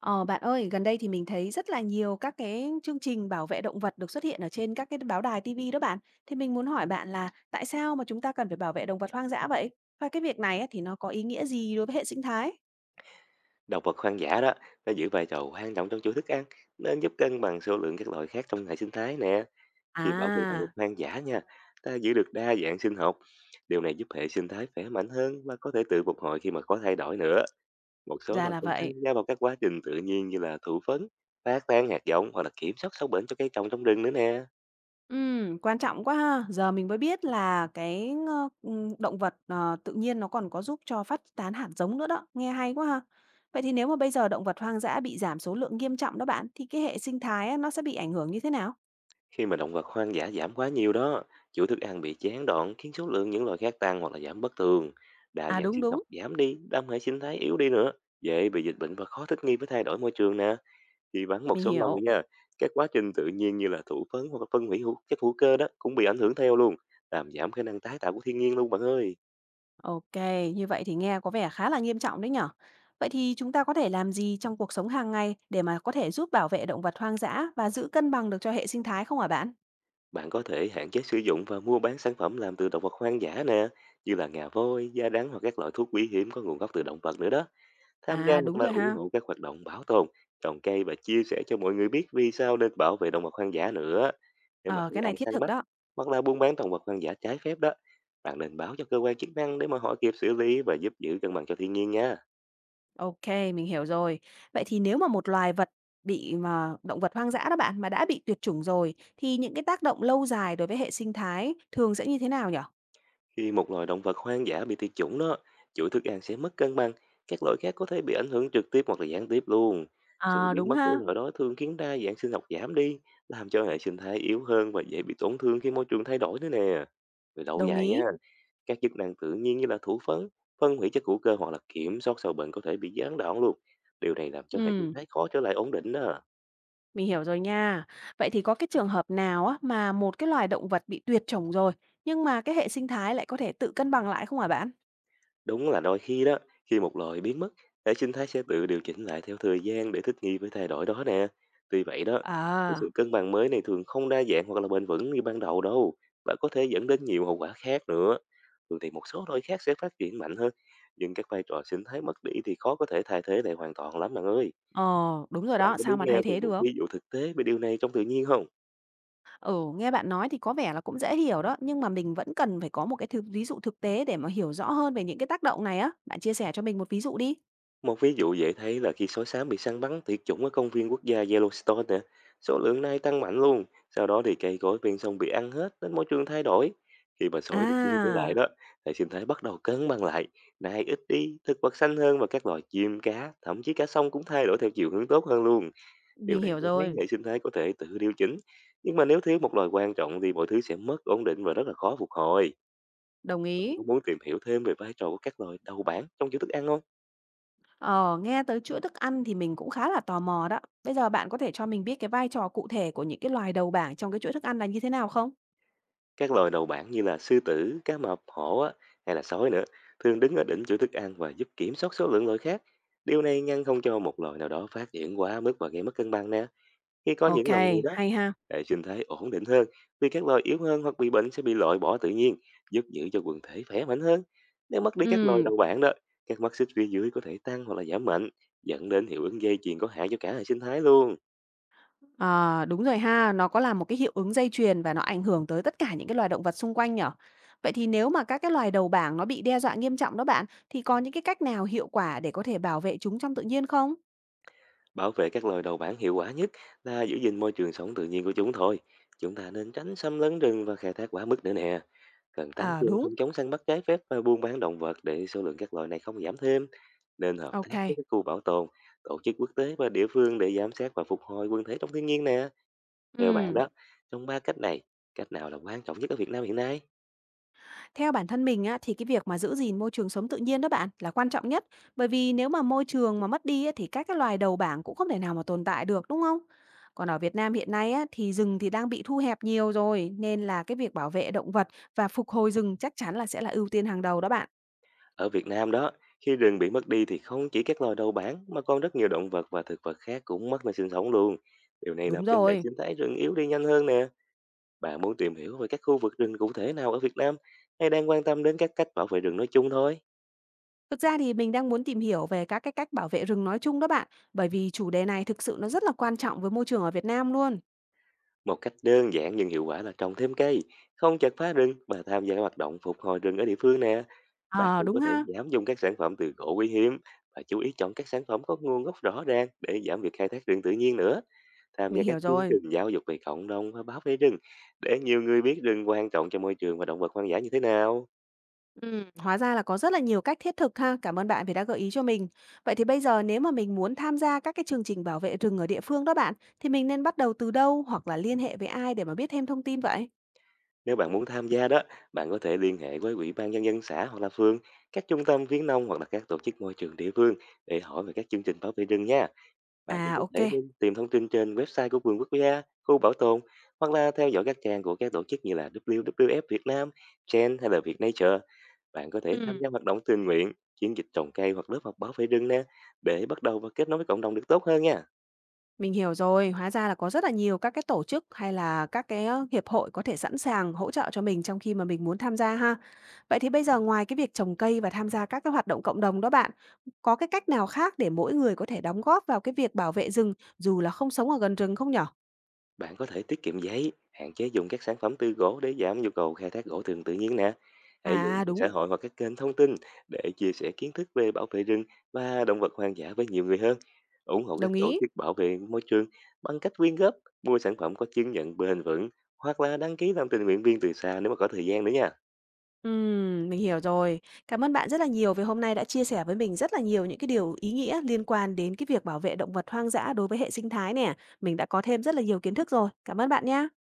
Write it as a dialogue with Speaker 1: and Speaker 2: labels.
Speaker 1: Ờ, bạn ơi, gần đây thì mình thấy rất là nhiều các cái chương trình bảo vệ động vật được xuất hiện ở trên các cái báo đài TV đó bạn. Thì mình muốn hỏi bạn là tại sao mà chúng ta cần phải bảo vệ động vật hoang dã vậy? Và cái việc này á, thì nó có ý nghĩa gì đối với hệ sinh thái?
Speaker 2: Động vật hoang dã đó nó giữ vai trò quan trọng trong chuỗi thức ăn nên giúp cân bằng số lượng các loài khác trong hệ sinh thái nè. Khi bảo vệ động vật
Speaker 1: À,
Speaker 2: hoang dã nha, ta giữ được đa dạng sinh học. Điều này giúp hệ sinh thái khỏe mạnh hơn và có thể tự phục hồi khi mà có thay đổi nữa. Một số
Speaker 1: ra
Speaker 2: loài
Speaker 1: là
Speaker 2: còn tham
Speaker 1: vậy.
Speaker 2: gia vào các quá trình tự nhiên như là thụ phấn, phát tán hạt giống hoặc là kiểm soát sâu bệnh cho cây trồng trong rừng nữa nè.
Speaker 1: Quan trọng quá ha. Giờ mình mới biết là cái động vật tự nhiên nó còn có giúp cho phát tán hạt giống nữa đó. Nghe hay quá ha. Vậy thì nếu mà bây giờ động vật hoang dã bị giảm số lượng nghiêm trọng đó bạn, thì cái hệ sinh thái á, nó sẽ bị ảnh hưởng như thế nào?
Speaker 2: Khi mà động vật hoang dã giảm quá nhiều đó, chuỗi thức ăn bị gián đoạn khiến số lượng những loài khác tăng hoặc là giảm bất thường. Đa
Speaker 1: À,
Speaker 2: dạng
Speaker 1: đúng
Speaker 2: sinh
Speaker 1: đúng.
Speaker 2: học giảm đi, đam hệ sinh thái yếu đi nữa, dễ bị dịch bệnh và khó thích nghi với thay đổi môi trường nè. Thì vắng một
Speaker 1: Mình
Speaker 2: số loài
Speaker 1: hiểu.
Speaker 2: nha, các quá trình tự nhiên như là thụ phấn hoặc là phân hủy chất hữu cơ đó cũng bị ảnh hưởng theo luôn, làm giảm khả năng tái tạo của thiên nhiên luôn bạn ơi.
Speaker 1: OK, như vậy thì nghe có vẻ khá là nghiêm trọng đấy nhở? Vậy thì chúng ta có thể làm gì trong cuộc sống hàng ngày để mà có thể giúp bảo vệ động vật hoang dã và giữ cân bằng được cho hệ sinh thái không hả bạn?
Speaker 2: Bạn có thể hạn chế sử dụng và mua bán sản phẩm làm từ động vật hoang dã nè, như là ngà voi, da đắng hoặc các loại thuốc quý hiếm có nguồn gốc từ động vật nữa đó. Tham gia
Speaker 1: À,
Speaker 2: hoặc
Speaker 1: đúng
Speaker 2: là
Speaker 1: rồi
Speaker 2: ủng
Speaker 1: ha.
Speaker 2: hộ các hoạt động bảo tồn, trồng cây và chia sẻ cho mọi người biết vì sao nên bảo vệ động vật hoang dã nữa. Nếu mà
Speaker 1: Ờ,
Speaker 2: thấy
Speaker 1: cái này
Speaker 2: ai
Speaker 1: thiết
Speaker 2: săn
Speaker 1: thực
Speaker 2: bắt
Speaker 1: đó.
Speaker 2: hoặc là buôn bán động vật hoang dã trái phép đó, bạn nên báo cho cơ quan chức năng để mà họ kịp xử lý và giúp giữ cân bằng cho thiên nhiên nha.
Speaker 1: OK, mình hiểu rồi. Vậy thì nếu mà một loài vật bị mà động vật hoang dã đó bạn mà đã bị tuyệt chủng rồi thì những cái tác động lâu dài đối với hệ sinh thái thường sẽ như thế nào nhở?
Speaker 2: Khi một loài động vật hoang dã bị tuyệt chủng đó, chuỗi thức ăn sẽ mất cân bằng, các loài khác có thể bị ảnh hưởng trực tiếp hoặc là gián tiếp luôn. Sự
Speaker 1: À,
Speaker 2: biến
Speaker 1: đúng
Speaker 2: mất của
Speaker 1: ha.
Speaker 2: loài đó thường khiến đa dạng sinh học giảm đi, làm cho hệ sinh thái yếu hơn và dễ bị tổn thương khi môi trường thay đổi nữa nè. Về lâu
Speaker 1: Đồng
Speaker 2: dài nha,
Speaker 1: ý.
Speaker 2: các chức năng tự nhiên như là thủ phấn, phân hủy chất hữu cơ hoặc là kiểm soát sâu bệnh có thể bị gián đoạn luôn. Điều này làm cho hệ sinh
Speaker 1: Ừ.
Speaker 2: thái khó trở lại ổn định đó.
Speaker 1: Mình hiểu rồi nha. Vậy thì có cái trường hợp nào á mà một cái loài động vật bị tuyệt chủng rồi, nhưng mà cái hệ sinh thái lại có thể tự cân bằng lại không hả bạn?
Speaker 2: Đúng là đôi khi đó, khi một loài biến mất, hệ sinh thái sẽ tự điều chỉnh lại theo thời gian để thích nghi với thay đổi đó nè. Tuy vậy đó, cái sự
Speaker 1: À,
Speaker 2: cân bằng mới này thường không đa dạng hoặc là bền vững như ban đầu đâu, và có thể dẫn đến nhiều hậu quả khác nữa. Thường thì một số loài khác sẽ phát triển mạnh hơn, nhưng các vai trò sinh thái mất đi thì khó có thể thay thế lại hoàn toàn lắm bạn ơi.
Speaker 1: ờ, đúng rồi
Speaker 2: Bạn
Speaker 1: đó,
Speaker 2: có
Speaker 1: sao
Speaker 2: muốn
Speaker 1: mà
Speaker 2: nghe
Speaker 1: thay
Speaker 2: về
Speaker 1: thế
Speaker 2: một
Speaker 1: được?
Speaker 2: ví dụ thực tế về điều này trong tự nhiên không?
Speaker 1: Ừ, nghe bạn nói thì có vẻ là cũng dễ hiểu đó, nhưng mà mình vẫn cần phải có một cái thứ, ví dụ thực tế để mà hiểu rõ hơn về những cái tác động này á. Bạn chia sẻ cho mình một ví dụ đi.
Speaker 2: Một ví dụ dễ thấy là khi sói sám bị săn bắn tuyệt chủng ở công viên quốc gia Yellowstone nè, số lượng này tăng mạnh luôn. Sau đó thì cây cối ven sông bị ăn hết nên môi trường thay đổi. Khi mà sói được đưa trở lại
Speaker 1: À,
Speaker 2: đó, hệ sinh thái bắt đầu cân bằng lại, nai ít đi, thực vật xanh hơn và các loài chim cá, thậm chí cả sông cũng thay đổi theo chiều hướng tốt hơn luôn. Điều
Speaker 1: mình
Speaker 2: này
Speaker 1: hiểu
Speaker 2: cho thấy
Speaker 1: rồi,
Speaker 2: hệ sinh thái có thể tự điều chỉnh. Nhưng mà nếu thiếu một loài quan trọng thì mọi thứ sẽ mất ổn định và rất là khó phục hồi.
Speaker 1: đồng
Speaker 2: Bạn
Speaker 1: ý.
Speaker 2: có muốn tìm hiểu thêm về vai trò của các loài đầu bảng trong chuỗi thức ăn không?
Speaker 1: Ờ, nghe tới chuỗi thức ăn thì mình cũng khá là tò mò đó. Bây giờ bạn có thể cho mình biết cái vai trò cụ thể của những cái loài đầu bảng trong cái chuỗi thức ăn là như thế nào không?
Speaker 2: Các loài đầu bảng như là sư tử, cá mập, hổ á, hay là sói nữa thường đứng ở đỉnh chuỗi thức ăn và giúp kiểm soát số lượng loài khác. Điều này ngăn không cho một loài nào đó phát triển quá mức và gây mất cân bằng nè. Khi có
Speaker 1: Ok,
Speaker 2: những loài này đó,
Speaker 1: hay ha.
Speaker 2: hệ sinh thái ổn định hơn vì các loài yếu hơn hoặc bị bệnh sẽ bị loại bỏ tự nhiên, giúp giữ cho quần thể khỏe mạnh hơn. Nếu mất đi các loài
Speaker 1: Ừ,
Speaker 2: đầu bảng đó, các mắt xích phía dưới có thể tăng hoặc là giảm mạnh, dẫn đến hiệu ứng dây chuyền có hại cho cả hệ sinh thái luôn.
Speaker 1: à, đúng rồi ha, nó có là một cái hiệu ứng dây chuyền và nó ảnh hưởng tới tất cả những cái loài động vật xung quanh nhở. Vậy thì nếu mà các cái loài đầu bảng nó bị đe dọa nghiêm trọng đó bạn, thì có những cái cách nào hiệu quả để có thể bảo vệ chúng trong tự nhiên không?
Speaker 2: Bảo vệ các loài đầu bản hiệu quả nhất là giữ gìn môi trường sống tự nhiên của chúng thôi. Chúng ta nên tránh xâm lấn rừng và khai thác quá mức nữa nè. Cần tăng
Speaker 1: À,
Speaker 2: cường
Speaker 1: đúng,
Speaker 2: phòng chống săn bắt trái phép và buôn bán động vật để số lượng các loài này không giảm thêm. Nên hợp
Speaker 1: ok.
Speaker 2: tác với các khu bảo tồn, tổ chức quốc tế và địa phương để giám sát và phục hồi quần thể trong thiên nhiên nè. Theo bạn
Speaker 1: Ừ.
Speaker 2: đó, trong ba cách này, cách nào là quan trọng nhất ở Việt Nam hiện nay?
Speaker 1: Theo bản thân mình á, thì cái việc mà giữ gìn môi trường sống tự nhiên đó bạn là quan trọng nhất, bởi vì nếu mà môi trường mà mất đi á, thì các cái loài đầu bảng cũng không thể nào mà tồn tại được đúng không? Còn ở Việt Nam hiện nay á, thì rừng thì đang bị thu hẹp nhiều rồi nên là cái việc bảo vệ động vật và phục hồi rừng chắc chắn là sẽ là ưu tiên hàng đầu đó bạn.
Speaker 2: Ở Việt Nam đó, khi rừng bị mất đi thì không chỉ các loài đầu bản mà còn rất nhiều động vật và thực vật khác cũng mất nơi sinh sống luôn. Điều này
Speaker 1: Đúng
Speaker 2: làm cho hệ
Speaker 1: rồi.
Speaker 2: sinh thái rừng yếu đi nhanh hơn nè. Bạn muốn tìm hiểu về các khu vực rừng cụ thể nào ở Việt Nam hay đang quan tâm đến các cách bảo vệ rừng nói chung thôi?
Speaker 1: Thực ra thì mình đang muốn tìm hiểu về các cái cách bảo vệ rừng nói chung đó bạn, bởi vì chủ đề này thực sự nó rất là quan trọng với môi trường ở Việt Nam luôn.
Speaker 2: Một cách đơn giản nhưng hiệu quả là trồng thêm cây, không chặt phá rừng và tham gia các hoạt động phục hồi rừng ở địa phương nè. Bạn
Speaker 1: Ờ
Speaker 2: cũng
Speaker 1: đúng
Speaker 2: có thể
Speaker 1: ha,
Speaker 2: giảm dùng các sản phẩm từ gỗ quý hiếm và chú ý chọn các sản phẩm có nguồn gốc rõ ràng để giảm việc khai thác rừng tự nhiên nữa. Tham
Speaker 1: mình
Speaker 2: gia các
Speaker 1: hiểu
Speaker 2: chương
Speaker 1: rồi.
Speaker 2: trình giáo dục về cộng đồng và bảo vệ rừng để nhiều người biết rừng quan trọng cho môi trường và động vật hoang dã như thế nào.
Speaker 1: Hóa ra là có rất là nhiều cách thiết thực ha. Cảm ơn bạn vì đã gợi ý cho mình. Vậy thì bây giờ nếu mà mình muốn tham gia các cái chương trình bảo vệ rừng ở địa phương đó bạn, thì mình nên bắt đầu từ đâu hoặc là liên hệ với ai để mà biết thêm thông tin vậy?
Speaker 2: Nếu bạn muốn tham gia đó, bạn có thể liên hệ với Ủy ban Nhân dân xã hoặc là phường, các trung tâm khuyến nông hoặc là các tổ chức môi trường địa phương để hỏi về các chương trình bảo vệ rừng nha. Bạn cũng
Speaker 1: À,
Speaker 2: có
Speaker 1: ok.
Speaker 2: thể tìm thông tin trên website của vườn quốc gia, khu bảo tồn hoặc là theo dõi các trang của các tổ chức như là WWF Việt Nam, Chen hay là Việt Nature. Bạn có thể tham
Speaker 1: Ừm,
Speaker 2: gia hoạt động tình nguyện, chiến dịch trồng cây hoặc lớp học bảo vệ rừng nè, để bắt đầu và kết nối với cộng đồng được tốt hơn nha.
Speaker 1: mình hiểu rồi. Hóa ra là có rất là nhiều các cái tổ chức hay là các cái hiệp hội có thể sẵn sàng hỗ trợ cho mình trong khi mà mình muốn tham gia ha. Vậy thì bây giờ ngoài cái việc trồng cây và tham gia các cái hoạt động cộng đồng đó bạn, có cái cách nào khác để mỗi người có thể đóng góp vào cái việc bảo vệ rừng dù là không sống ở gần rừng không nhở?
Speaker 2: Bạn có thể tiết kiệm giấy, hạn chế dùng các sản phẩm từ gỗ để giảm nhu cầu khai thác gỗ thường tự nhiên nè. Hãy dùng
Speaker 1: À,
Speaker 2: mạng
Speaker 1: đúng,
Speaker 2: xã hội hoặc các kênh thông tin để chia sẻ kiến thức về bảo vệ rừng và động vật hoang dã với nhiều người hơn. Ủng hộ
Speaker 1: đồng
Speaker 2: các tổ
Speaker 1: ý.
Speaker 2: chức bảo vệ môi trường bằng cách quyên góp, mua sản phẩm có chứng nhận bền vững hoặc là đăng ký làm tình nguyện viên từ xa nếu mà có thời gian nữa nha.
Speaker 1: Mình hiểu rồi. Cảm ơn bạn rất là nhiều vì hôm nay đã chia sẻ với mình rất là nhiều những cái điều ý nghĩa liên quan đến cái việc bảo vệ động vật hoang dã đối với hệ sinh thái nè. Mình đã có thêm rất là nhiều kiến thức rồi. Cảm ơn bạn nha.